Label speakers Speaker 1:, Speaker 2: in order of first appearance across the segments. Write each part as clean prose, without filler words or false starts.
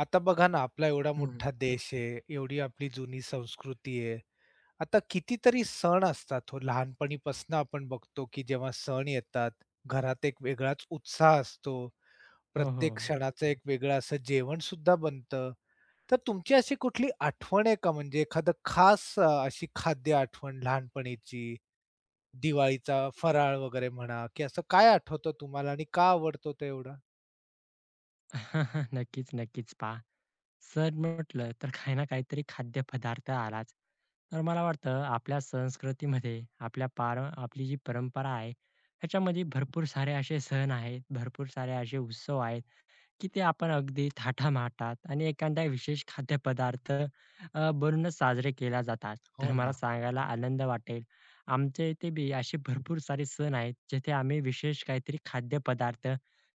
Speaker 1: आता बघा ना, आपला एवढा
Speaker 2: हं, हं.
Speaker 1: मोठा देश आहे, एवढी आपली जुनी संस्कृती आहे. आता कितीतरी सण असतात हो, लहानपणीपासून आपण बघतो, की जेव्हा सण येतात, घरात एक वेगळाच उत्साह असतो.
Speaker 2: हो,
Speaker 1: प्रत्येक
Speaker 2: हो.
Speaker 1: सणाचं एक वेगळं असं जेवण सुद्धा बनतं. तर तुमची अशी कुठली आठवण आहे का म्हणजे एखादं खास अशी खाद्य आठवण लहानपणीची, दिवाळीचा फराळ वगैरे म्हणा, की असं काय आठवतं तुम्हाला आणि का आवडतो तो एवढा?
Speaker 2: नक्कीच, नक्कीच. पहा, सण म्हटलं तर काही ना काहीतरी खाद्यपदार्थ आलाच. तर मला वाटतं आपल्या संस्कृतीमध्ये आपल्या पार आपली जी परंपरा आहे, ह्याच्यामध्ये भरपूर सारे असे सण आहेत, भरपूर सारे असे उत्सव आहेत. की ते आपण अगदी थाटामाटात आणि एखादा विशेष खाद्यपदार्थ बनवूनच साजरे केला जातात. तर
Speaker 1: हो
Speaker 2: मला
Speaker 1: ना,
Speaker 2: सांगायला आनंद वाटेल, आमच्या इथे बी असे भरपूर सारे सण आहेत, जिथे आम्ही विशेष काहीतरी खाद्यपदार्थ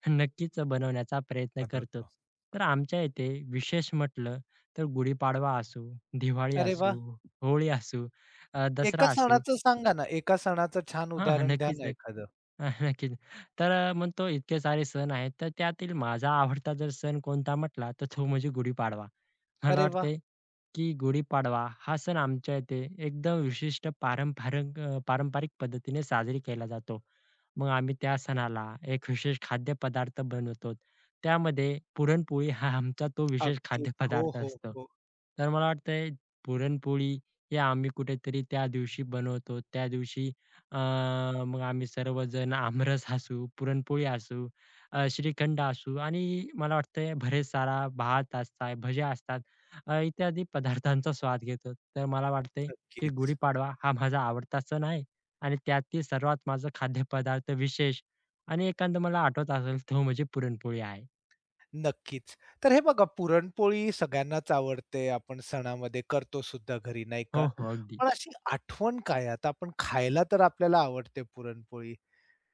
Speaker 2: नक्कीच बनवण्याचा प्रयत्न करतो.
Speaker 1: बनवतो.
Speaker 2: तर आमच्या इथे विशेष म्हटलं तर गुढीपाडवा असू, दिवाळी
Speaker 1: अरे वाह!
Speaker 2: असू, होळी असू,
Speaker 1: एका
Speaker 2: दसरा असू.
Speaker 1: सणाचं सांगा ना, एका सणाचं छान
Speaker 2: हां, हां.
Speaker 1: उदाहरण द्या
Speaker 2: नक्कीच,
Speaker 1: ना
Speaker 2: नक्की.
Speaker 1: एखादं.
Speaker 2: अ, नक्कीच. तर म्हणतो इतके सारे सण आहेत, तर त्यातील माझा आवडता जर सण कोणता म्हटला, तर तो म्हणजे गुढीपाडवा. मला
Speaker 1: अरे वा,
Speaker 2: वाटतंय की गुढीपाडवा हा सण आमच्या इथे एकदम विशिष्ट पारंपरिक पारंपरिक पद्धतीने साजरी केला जातो. मग आम्ही त्या सणाला एक विशेष खाद्यपदार्थ बनवतो. त्यामध्ये पुरणपोळी हा आमचा तो विशेष
Speaker 1: अगदीच. हो,
Speaker 2: खाद्यपदार्थ
Speaker 1: हो,
Speaker 2: असतो.
Speaker 1: हो.
Speaker 2: तर मला वाटतंय पुरणपोळी हे आम्ही कुठेतरी त्या दिवशी बनवतो. त्या दिवशी अ, मग आम्ही सर्वजण आमरस असू, पुरणपोळी असू, श्रीखंड असू आणि मला वाटतंय बरेच सारा भात असतात, भज्या असतात. इत्यादी पदार्थांचा स्वाद घेतो. तर मला वाटतंय की
Speaker 1: नक्कीच,
Speaker 2: गुढीपाडवा हा माझा आवडता सण आहे आणि त्यातील सर्वात माझं खाद्यपदार्थ विशेष आणि एखादं मला आठवत असेल तो म्हणजे पुरणपोळी आहे.
Speaker 1: नक्कीच. तर हे बघा पुरणपोळी सगळ्यांनाच आवडते. आपण सणामध्ये करतो सुद्धा घरी नाही
Speaker 2: हो,
Speaker 1: का?
Speaker 2: हो. अगदी.
Speaker 1: पण अशी आठवण काय आहे? आता आपण खायला तर आपल्याला आवडते पुरणपोळी.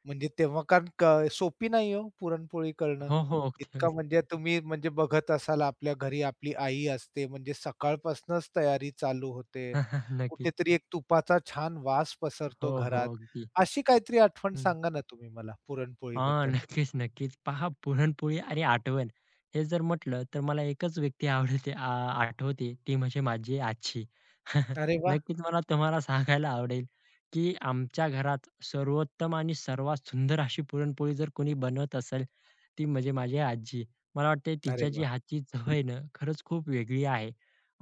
Speaker 1: म्हणजे तेव्हा कारण सोपी नाही हो पुरणपोळी करणं.
Speaker 2: हो, हो. अगदी,
Speaker 1: इतका
Speaker 2: अगदी.
Speaker 1: म्हणजे तुम्ही म्हणजे बघत असाल आपल्या घरी आपली आई असते म्हणजे सकाळपासूनच तयारी चालू होते.
Speaker 2: नक्कीच.
Speaker 1: कुठेतरी एक तुपाचा छान वास पसरतो
Speaker 2: हो,
Speaker 1: घरात.
Speaker 2: हो. अगदी.
Speaker 1: अशी काहीतरी आठवण
Speaker 2: हं.
Speaker 1: सांगा ना तुम्ही मला
Speaker 2: हां,
Speaker 1: पुरणपोळीबद्दल?
Speaker 2: नक्कीच, नक्कीच. पहा पुरणपोळी आणि आठवण हे जर म्हटलं, तर मला एकच व्यक्ती आवडते आ आठवते, ती म्हणजे माझी आजी.
Speaker 1: अरे वाह!
Speaker 2: नक्कीच मला तुम्हाला सांगायला आवडेल, की आमच्या घरात सर्वोत्तम आणि सर्वात सुंदर अशी पुरणपोळी जर कोणी बनवत असेल, ती म्हणजे माझी आजी. मला वाटते
Speaker 1: अरे
Speaker 2: तिच्या जी
Speaker 1: वाह!
Speaker 2: हातची चव आहे ना, खरंच खूप वेगळी आहे.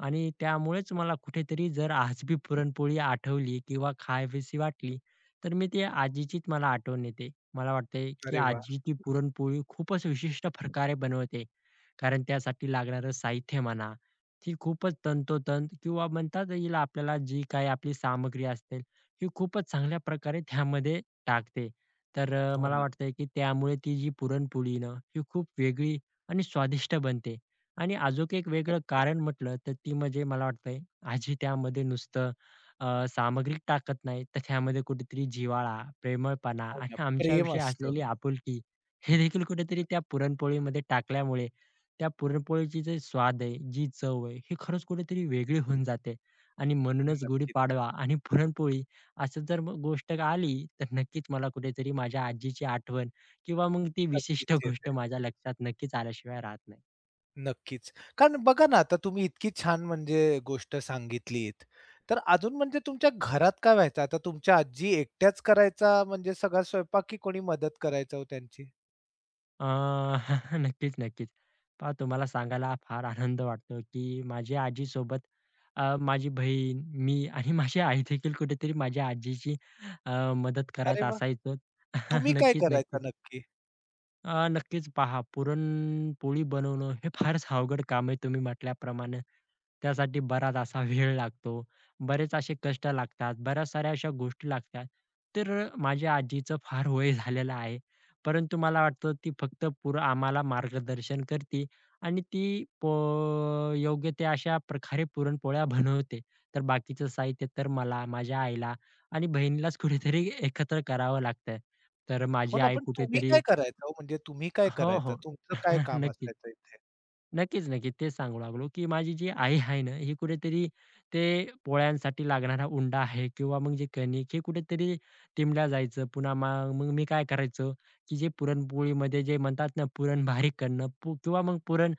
Speaker 2: आणि त्यामुळेच मला कुठेतरी जर आज बी पुरणपोळी आठवली किंवा खावीशी वाटली, तर मी ती आजीचीच मला आठवण येते. मला वाटतंय, की
Speaker 1: अरे वाह!
Speaker 2: आजी ती पुरणपोळी खूपच विशिष्ट प्रकारे बनवते. कारण त्यासाठी लागणारं साहित्य म्हणा, ती खूपच तंतोतंत किंवा म्हणतात येईल आपल्याला जी काही आपली सामग्री असते, ही खूपच चांगल्या प्रकारे त्यामध्ये टाकते. तर
Speaker 1: हो
Speaker 2: मला
Speaker 1: ना.
Speaker 2: वाटतंय, की त्यामुळे ती जी पुरणपोळी आहे ना, ही खूप वेगळी आणि स्वादिष्ट बनते. आणि अजून एक वेगळं
Speaker 1: नक्कीच.
Speaker 2: कारण म्हटलं, तर ती म्हणजे मला वाटतंय, आजी त्यामध्ये नुसतं सामग्री टाकत नाही, तर त्यामध्ये कुठेतरी जिव्हाळा, प्रेमळपणा
Speaker 1: हो ना.
Speaker 2: आणि
Speaker 1: प्रेम
Speaker 2: आमच्याविषयी
Speaker 1: असतं.
Speaker 2: असलेली आपुलकी हे देखील कुठेतरी त्या पुरणपोळीमध्ये टाकल्यामुळे त्या पुरणपोळीची जे स्वाद आहे, जी चव आहे, ही खरंच कुठेतरी वेगळी होऊन जाते. आणि म्हणूनच
Speaker 1: नक्कीच,
Speaker 2: गुढीपाडवा आणि पुरणपोळी असं जर मग गोष्ट आली, तर नक्कीच मला कुठेतरी माझ्या आजीची आठवण किंवा मग ती विशिष्ट
Speaker 1: नक्कीच
Speaker 2: गोष्ट
Speaker 1: येते.
Speaker 2: माझ्या लक्षात नक्कीच आल्याशिवाय राहत नाही.
Speaker 1: नक्कीच. कारण बघा ना आता तुम्ही इतकी छान म्हणजे गोष्ट सांगितलीत. तर अजून म्हणजे तुमच्या घरात काय व्हायचं? आता तुमच्या आजी एकट्याच करायचा म्हणजे सगळा स्वयंपाक की कोणी मदत करायचं हो त्यांची?
Speaker 2: अ, नक्कीच, नक्कीच. पहा तुम्हाला सांगायला फार आनंद वाटतो, की माझी आजीसोबत माझी बहीण, मी आणि माझी आई देखील कुठेतरी माझ्या आजीची अ, मदत करत
Speaker 1: अरे वाह!
Speaker 2: असायचो.
Speaker 1: तुम्ही काय
Speaker 2: नक्कीच,
Speaker 1: करायचा
Speaker 2: नक्कीच.
Speaker 1: नक्की?
Speaker 2: नक्कीच पहा, पुरणपोळी बनवणं हे फारच अवघड काम आहे तुम्ही म्हटल्याप्रमाणे. त्यासाठी बराच असा वेळ लागतो. बरेच असे कष्ट लागतात. बऱ्याच साऱ्या अशा गोष्टी लागतात. तर माझ्या आजीचं फार वय झालेलं आहे. परंतु मला वाटतं ती फक्त पुरं आम्हाला मार्गदर्शन करते आणि ती प योग्य त्या अशा प्रकारे पुरणपोळ्या बनवते. तर बाकीचं साहित्य तर मला, माझ्या आईला आणि बहिणीलाच कुठेतरी एकत्र करावं लागतं. तर
Speaker 1: हो
Speaker 2: माझी
Speaker 1: ना,
Speaker 2: आई
Speaker 1: पण तुम्ही
Speaker 2: कुठेतरी
Speaker 1: काय करायचा हो? म्हणजे तुम्ही काय
Speaker 2: हो,
Speaker 1: करायचा?
Speaker 2: हो.
Speaker 1: तुमचं काय काम
Speaker 2: नक्कीच.
Speaker 1: असायचं इथे?
Speaker 2: नक्कीच, नक्कीच. तेच सांगू लागलो, की माझी जी आई आहे ना, ही कुठेतरी ते पोळ्यांसाठी लागणारा उंडा आहे किंवा मग जे कणिक हे कुठेतरी टिमल्या जायचं. पुन्हा मग मग मी काय करायचो, की जे पुरणपोळीमध्ये जे म्हणतात ना, पुरण बारीक करणं पु किंवा मग पुरण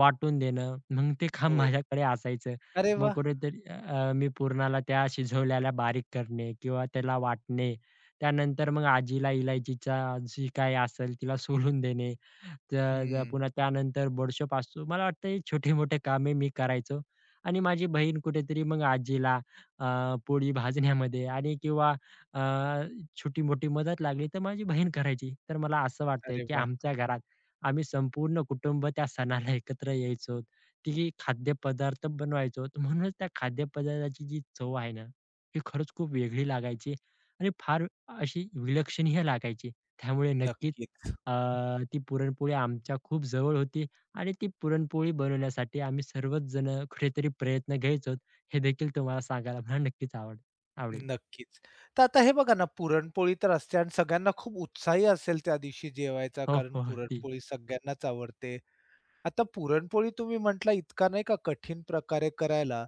Speaker 2: वाटून देणं, मग ते काम
Speaker 1: हो.
Speaker 2: माझ्याकडे असायचं.
Speaker 1: अरे
Speaker 2: मग
Speaker 1: वाह!
Speaker 2: कुठेतरी मी पुरणाला त्या शिजवल्याला बारीक करणे किंवा त्याला वाटणे. त्यानंतर मग आजीला इलायचीचा जी काही असेल तिला सोलून देणे. त्या त्या
Speaker 1: हं.
Speaker 2: पुन्हा त्यानंतर बडोशेप असतो. मला वाटतं हे छोटे-मोठे कामे मी करायचो आणि माझी बहीण कुठेतरी मग आजीला अ, पोळी भाजण्यामध्ये आणि किंवा अ, छोटी-मोठी मदत लागली तर माझी बहीण करायची. तर मला असं वाटतंय,
Speaker 1: अरे
Speaker 2: की
Speaker 1: वाह!
Speaker 2: आमच्या घरात आम्ही संपूर्ण कुटुंब त्या सणाला एकत्र यायचो. ती खाद्यपदार्थ बनवायचो. तर म्हणूनच त्या खाद्यपदार्थाची जी चव आहे ना, ही खरंच खूप वेगळी लागायची आणि फार अशी विलक्षणीय लागायची. त्यामुळे नक्कीच
Speaker 1: नक्कीच,
Speaker 2: अ, ती पुरणपोळी आमच्या खूप जवळ होती आणि ती पुरणपोळी बनवण्यासाठी आम्ही सर्वच जण कुठेतरी प्रयत्न घ्यायचो. हे देखील तुम्हाला सांगायला मला नक्कीच आवडेल.
Speaker 1: नक्कीच. तर आता हे बघा ना, पुरणपोळी तर असते आणि सगळ्यांना खूप उत्साही असेल त्या दिवशी जेवायचा,
Speaker 2: हो,
Speaker 1: कारण
Speaker 2: हो. अगदी.
Speaker 1: पुरणपोळी सगळ्यांनाच आवडते. आता पुरणपोळी तुम्ही म्हटला इतका नाही का कठीण प्रकारे करायला,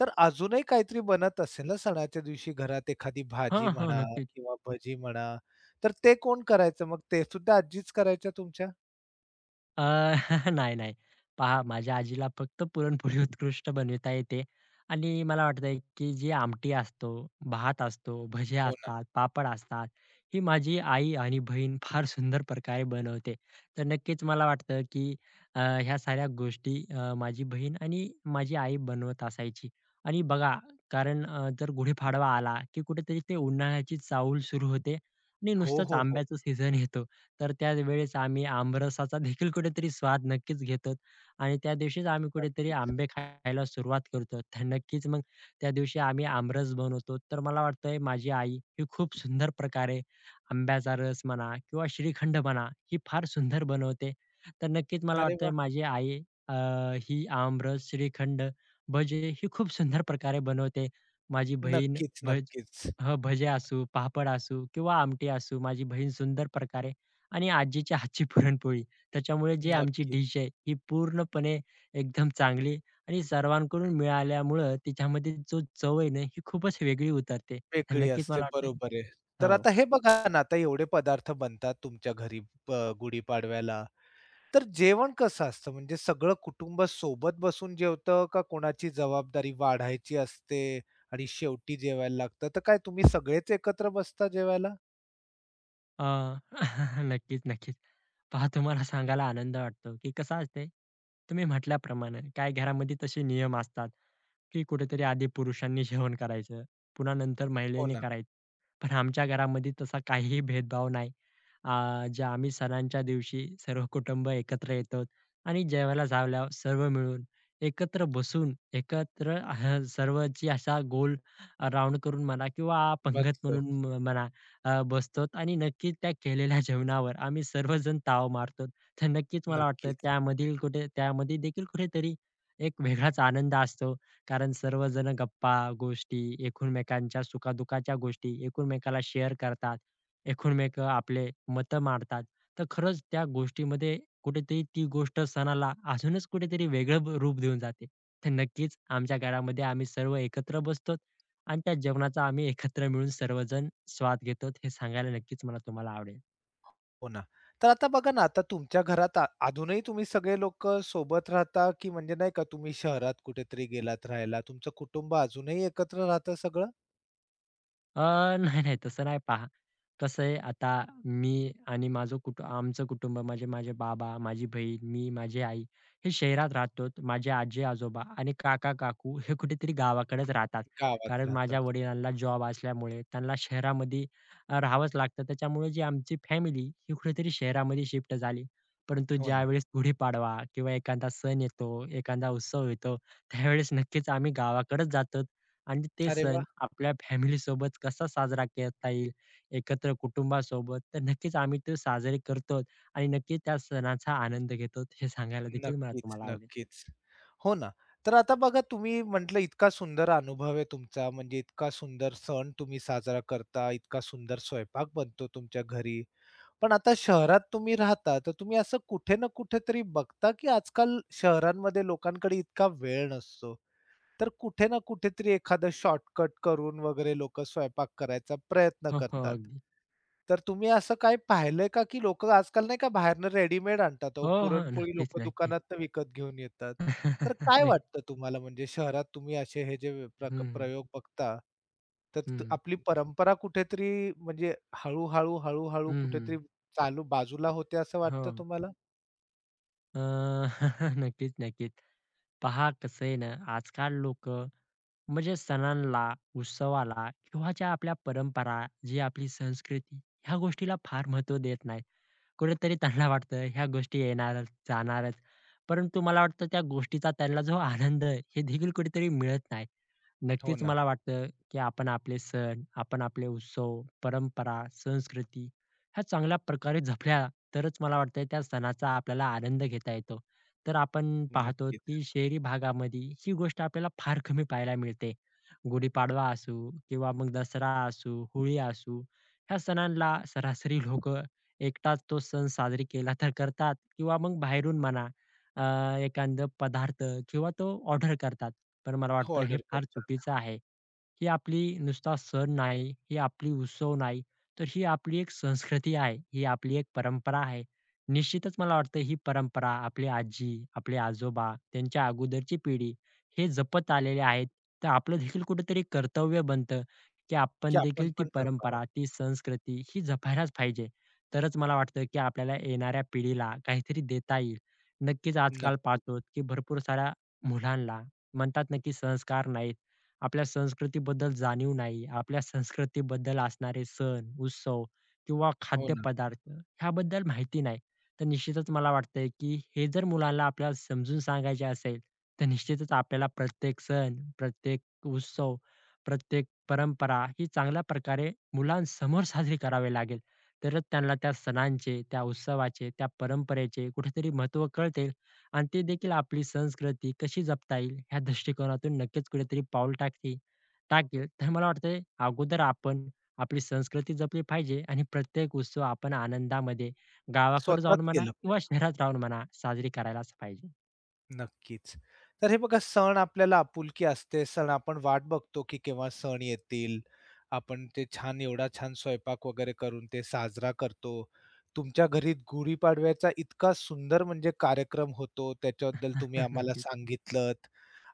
Speaker 1: तर अजूनही काहीतरी बनत असेल ना सणाच्या दिवशी घरात एखादी
Speaker 2: हां,
Speaker 1: भाजी
Speaker 2: हां.
Speaker 1: म्हणा
Speaker 2: नक्कीच.
Speaker 1: किंवा भजी म्हणा, तर ते कोण करायचं मग? ते सुद्धा आजीच करायच्या तुमच्या?
Speaker 2: अ, नाही, नाही. पहा माझ्या आजीला फक्त पुरणपोळी उत्कृष्ट बनविता येते आणि मला वाटतंय, की जी आमटी असतो, भात असतो, भज्या
Speaker 1: हो
Speaker 2: असतात, पापड असतात, ही माझी आई आणि बहीण फार सुंदर प्रकारे बनवते. तर नक्कीच मला वाटतं, की ह्या साऱ्या गोष्टी माझी बहीण आणि माझी आई बनवत असायची. आणि बघा कारण जर गुढीपाडवा आला, की कुठेतरी ते उन्हाळ्याची चाहूल सुरू होते आणि
Speaker 1: हो,
Speaker 2: नुसतंच
Speaker 1: हो, हो.
Speaker 2: आंब्याचं सीझन येतो. तर त्यावेळेस आम्ही आमरसाचा देखील कुठेतरी स्वाद नक्कीच घेतो आणि त्या दिवशीच आम्ही कुठेतरी
Speaker 1: नक्कीच.
Speaker 2: आंबे खायला सुरुवात करतो. तर नक्कीच मग त्या दिवशी आम्ही आमरस बनवतो. तर मला वाटतंय माझी आई ही खूप सुंदर प्रकारे आंब्याचा रस म्हणा किंवा श्रीखंड म्हणा ही फार सुंदर बनवते. तर नक्कीच मला
Speaker 1: अरे
Speaker 2: वाटतंय
Speaker 1: वाह!
Speaker 2: माझी आई अ, ही आमरस, श्रीखंड, भजे ही खूप सुंदर प्रकारे बनवते. माझी बहीण
Speaker 1: नक्कीच,
Speaker 2: भज
Speaker 1: नक्कीच,
Speaker 2: हं, भजे असू, पापड असू किंवा आमटी असू, माझी बहीण सुंदर प्रकारे आणि आजीच्या हातची पुरणपोळी. त्याच्यामुळे जे आमची
Speaker 1: नक्कीच.
Speaker 2: डिश आहे, ही पूर्णपणे एकदम चांगली आणि सर्वांकडून मिळाल्यामुळं तिच्यामध्ये जो चव आहे ना, ही खूपच वेगळी उतरते.
Speaker 1: वेगळी
Speaker 2: नक्कीच
Speaker 1: असते,
Speaker 2: मला वाटतंय
Speaker 1: बरोबर आहे. तर
Speaker 2: हो.
Speaker 1: आता हे बघा ना, आता एवढे पदार्थ बनतात तुमच्या घरी प गुढीपाडव्याला. तर जेवण कसं असतं? म्हणजे सगळं कुटुंब सोबत बसून जेवतं का कोणाची जबाबदारी वाढायची असते आणि शेवटी जेवायला लागतं? तर काय तुम्ही सगळेच एकत्र बसता जेवायला?
Speaker 2: अ, नक्कीच, नक्कीच. पहा तुम्हाला सांगायला आनंद वाटतो, की कसं असतंय, तुम्ही म्हटल्याप्रमाणे काही घरामध्ये तसे नियम असतात, की कुठेतरी आधी पुरुषांनी जेवण करायचं, पुन्हा नंतर
Speaker 1: हो
Speaker 2: महिलेने
Speaker 1: ना.
Speaker 2: करायचं. पण आमच्या घरामध्ये तसा काहीही भेदभाव नाही. जे आम्ही सणांच्या दिवशी सर्व कुटुंब एकत्र येतो आणि जेवायला झाल्यावर सर्व मिळून एकत्र बसून, सर्वची असा गोल राउंड करून म्हणा किंवा पंगत
Speaker 1: बसतो.
Speaker 2: म्हणून म्हणा बसतो आणि नक्कीच त्या केलेल्या जेवणावर आम्ही सर्वजण ताव मारतो. तर नक्कीच मला वाटतं
Speaker 1: नक्कीच.
Speaker 2: त्यामधील कुठे त्यामध्ये देखील कुठेतरी एक वेगळाच आनंद असतो. कारण सर्वजण गप्पा, गोष्टी, एकमेकांच्या सुखादुःखाच्या गोष्टी एकमेकाला शेअर करतात. एकमेक आपले मतं मांडतात. तर खरंच त्या गोष्टीमध्ये कुठेतरी ती गोष्ट सणाला अजूनच कुठेतरी वेगळं रूप देऊन जाते. तर नक्कीच आमच्या घरामध्ये आम्ही सर्व एकत्र बसतो. आणि त्या जेवणाचा आम्ही एकत्र मिळून सर्वजण स्वाद घेतो हे सांगायला नक्कीच मला तुम्हाला आवडेल.
Speaker 1: हो ना. तर आता बघा ना, आता तुमच्या घरात अजूनही तुम्ही सगळे लोक सोबत राहता, की म्हणजे नाही का तुम्ही शहरात कुठेतरी गेलात राहायला? तुमचं कुटुंब अजूनही एकत्र राहतं सगळं?
Speaker 2: अ, नाही, नाही तसं नाही. पहा, कसं आहे आता मी आणि माझं कुटुं आमचं कुटुंब म्हणजे माझे बाबा, माझी बहीण, मी, माझी आई हे शहरात राहतो. माझे आजी-आजोबा आणि काका-काकू हे कुठेतरी गावाकडेच राहतात.
Speaker 1: गावात
Speaker 2: कारण माझ्या
Speaker 1: राहतात.
Speaker 2: वडिलांना जॉब असल्यामुळे त्यांना शहरामध्ये राहावंच लागतं. त्याच्यामुळे जी आमची फॅमिली ही कुठेतरी शहरामध्ये शिफ्ट झाली. परंतु
Speaker 1: हो ना.
Speaker 2: ज्यावेळेस गुढीपाडवा किंवा एखादा सण येतो, एखादा उत्सव येतो, त्यावेळेस नक्कीच आम्ही गावाकडेच जातो. आणि ते
Speaker 1: अरे
Speaker 2: सण
Speaker 1: वा
Speaker 2: आपल्या फॅमिलीसोबत कसा साजरा करता येईल, एकत्र कुटुंबासोबत, तर नक्कीच आम्ही ते साजरे करतो आणि नक्की त्या सणाचा आनंद घेतो. हे सांगायला देखील मला
Speaker 1: नक्कीच,
Speaker 2: तुम्हाला आवडेल.
Speaker 1: नक्कीच. हो ना. तर आता बघा तुम्ही म्हटलं इतका सुंदर अनुभव आहे तुमचा, म्हणजे इतका सुंदर सण तुम्ही साजरा करता, इतका सुंदर स्वयंपाक बनतो तुमच्या घरी. पण आता शहरात तुम्ही राहता, तर तुम्ही असं कुठे ना कुठेतरी बघता, की आजकाल शहरांमध्ये लोकांकडे इतका वेळ नसतो. तर कुठे ना कुठेतरी एखादं शॉर्टकट करून वगैरे लोकं स्वयंपाक करायचा प्रयत्न
Speaker 2: हो, हो.
Speaker 1: करतात.
Speaker 2: अगदी.
Speaker 1: तर तुम्ही असं काय पाहिलंय का, की लोक आजकाल नाही का बाहेरनं रेडीमेड आणतात अहो,
Speaker 2: हो, हो.
Speaker 1: पुरणपोळी
Speaker 2: नक्कीच,
Speaker 1: लोकं
Speaker 2: नक्कीच.
Speaker 1: दुकानातनं विकत घेऊन येतात. तर काय
Speaker 2: नक्की.
Speaker 1: वाटतं तुम्हाला म्हणजे शहरात तुम्ही असे हे जे
Speaker 2: हं, हं.
Speaker 1: प्रयोग बघता, तर आपली परंपरा कुठेतरी म्हणजे हळू-हळू, हळूहळू
Speaker 2: हं,
Speaker 1: कुठेतरी चालू बाजूला होते असं
Speaker 2: हो.
Speaker 1: वाटतं तुम्हाला?
Speaker 2: अ, नक्कीच, नक्कीच. पहा कसं आहे ना, आजकाल लोकं म्हणजे सणांला, उत्सवाला किंवा ज्या आपल्या परंपरा, जी आपली संस्कृती ह्या गोष्टीला फार महत्त्व देत नाहीत. कुठेतरी त्यांना वाटतं ह्या गोष्टी येणारच, जाणारच. परंतु मला वाटतं त्या गोष्टीचा त्यांना जो आनंद आहे, हे देखील कुठेतरी मिळत नाही.
Speaker 1: हो
Speaker 2: नक्कीच
Speaker 1: ना.
Speaker 2: मला वाटतं, की आपण आपले सण, आपण आपले उत्सव, परंपरा, संस्कृती ह्या चांगल्या प्रकारे जपल्या तरच मला वाटतं त्या सणाचा आपल्याला आनंद घेता येतो. तर आपण पाहतो, की शहरी भागामध्ये ही गोष्ट आपल्याला फार कमी पाहायला मिळते. गुढीपाडवा असू किंवा मग दसरा असू, होळी असू, ह्या सणांना सरासरी लोकं एकटाच तो सण साजरी केला तर करतात किंवा मग बाहेरून म्हणा एखादं पदार्थ किंवा तो ऑर्डर करतात. पण मला वाटतं हे
Speaker 1: ऑर्डर
Speaker 2: फार
Speaker 1: करतात,
Speaker 2: चुकीचं आहे. ही आपली नुसता सण नाही, ही आपली उत्सव नाही, तर ही आपली एक संस्कृती आहे, ही आपली एक परंपरा आहे. निश्चितच मला वाटतं ही परंपरा आपली आजी, आपले आजोबा, त्यांच्या अगोदरची पिढी हे जपत आलेले आहेत. तर आपलं देखील कुठेतरी कर्तव्य बनतं, की
Speaker 1: की
Speaker 2: आपण
Speaker 1: आपण
Speaker 2: देखील ती
Speaker 1: पण जपावं.
Speaker 2: परंपरा, ती संस्कृती ही जपायलाच पाहिजे. तरच मला वाटतं, की आपल्याला येणाऱ्या पिढीला काहीतरी देता येईल. नक्कीच आजकाल
Speaker 1: नक्की.
Speaker 2: पाहतो, की भरपूर साऱ्या मुलांना म्हणतात ना, की संस्कार नाहीत. आपल्या संस्कृतीबद्दल जाणीव नाही. आपल्या संस्कृतीबद्दल असणारे सण, उत्सव किंवा
Speaker 1: हो ना.
Speaker 2: खाद्यपदार्थ ह्याबद्दल माहिती नाही. तर निश्चितच मला वाटतंय, की हे जर मुलांना आपल्याला समजून सांगायचे असेल, तर निश्चितच आपल्याला प्रत्येक सण, प्रत्येक उत्सव, प्रत्येक परंपरा ही चांगल्या प्रकारे मुलांसमोर साजरी करावी लागेल. तरच त्यांना त्या सणांचे, त्या उत्सवाचे, त्या परंपरेचे कुठेतरी महत्त्व कळते आणि ते देखील आपली संस्कृती कशी जपता येईल ह्या दृष्टिकोनातून नक्कीच कुठेतरी पाऊल टाकते टाकेल. तर मला वाटतंय अगोदर आपण आपली संस्कृती जपली पाहिजे आणि प्रत्येक उत्सव आपण आनंदामध्ये गावाकडे
Speaker 1: स्वतःच
Speaker 2: जाऊन म्हणा
Speaker 1: केलं
Speaker 2: किंवा शहरात राहून म्हणा साजरी करायलाच पाहिजे.
Speaker 1: नक्कीच. तर हे बघा सण आपल्याला आपुलकी असते. सण आपण वाट बघतो, की केव्हा सण येतील. आपण ते छान एवढा छान स्वयंपाक वगैरे करून ते साजरा करतो. तुमच्या घरी गुढीपाडव्याचा इतका सुंदर म्हणजे कार्यक्रम होतो. त्याच्याबद्दल तुम्ही आम्हाला
Speaker 2: नक्कीच.
Speaker 1: सांगितलत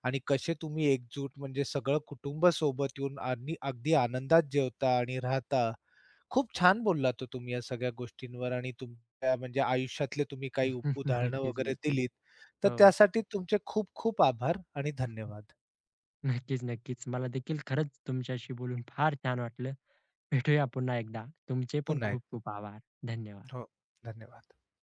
Speaker 1: आणि कसे तुम्ही एकजूट म्हणजे सगळं कुटुंब सोबत येऊन आणि अगदी आनंदात जेवता आणि राहता. खूप छान बोललात हो तुम्ही या सगळ्या गोष्टींवर आणि तुमच्या म्हणजे आयुष्यातले तुम्ही काही उदाहरणं
Speaker 2: नक्कीच,
Speaker 1: वगैरे
Speaker 2: नक्कीच.
Speaker 1: दिलीत. तर
Speaker 2: हो.
Speaker 1: त्यासाठी तुमचे खूप खूप आभार आणि धन्यवाद.
Speaker 2: नक्कीच, नक्कीच. मला देखील खरंच तुमच्याशी बोलून फार छान वाटलं. भेटूया पुन्हा एकदा. तुमचे पण
Speaker 1: पुन्हा हो. एक
Speaker 2: खूप खूप आभार. धन्यवाद.
Speaker 1: हो, धन्यवाद.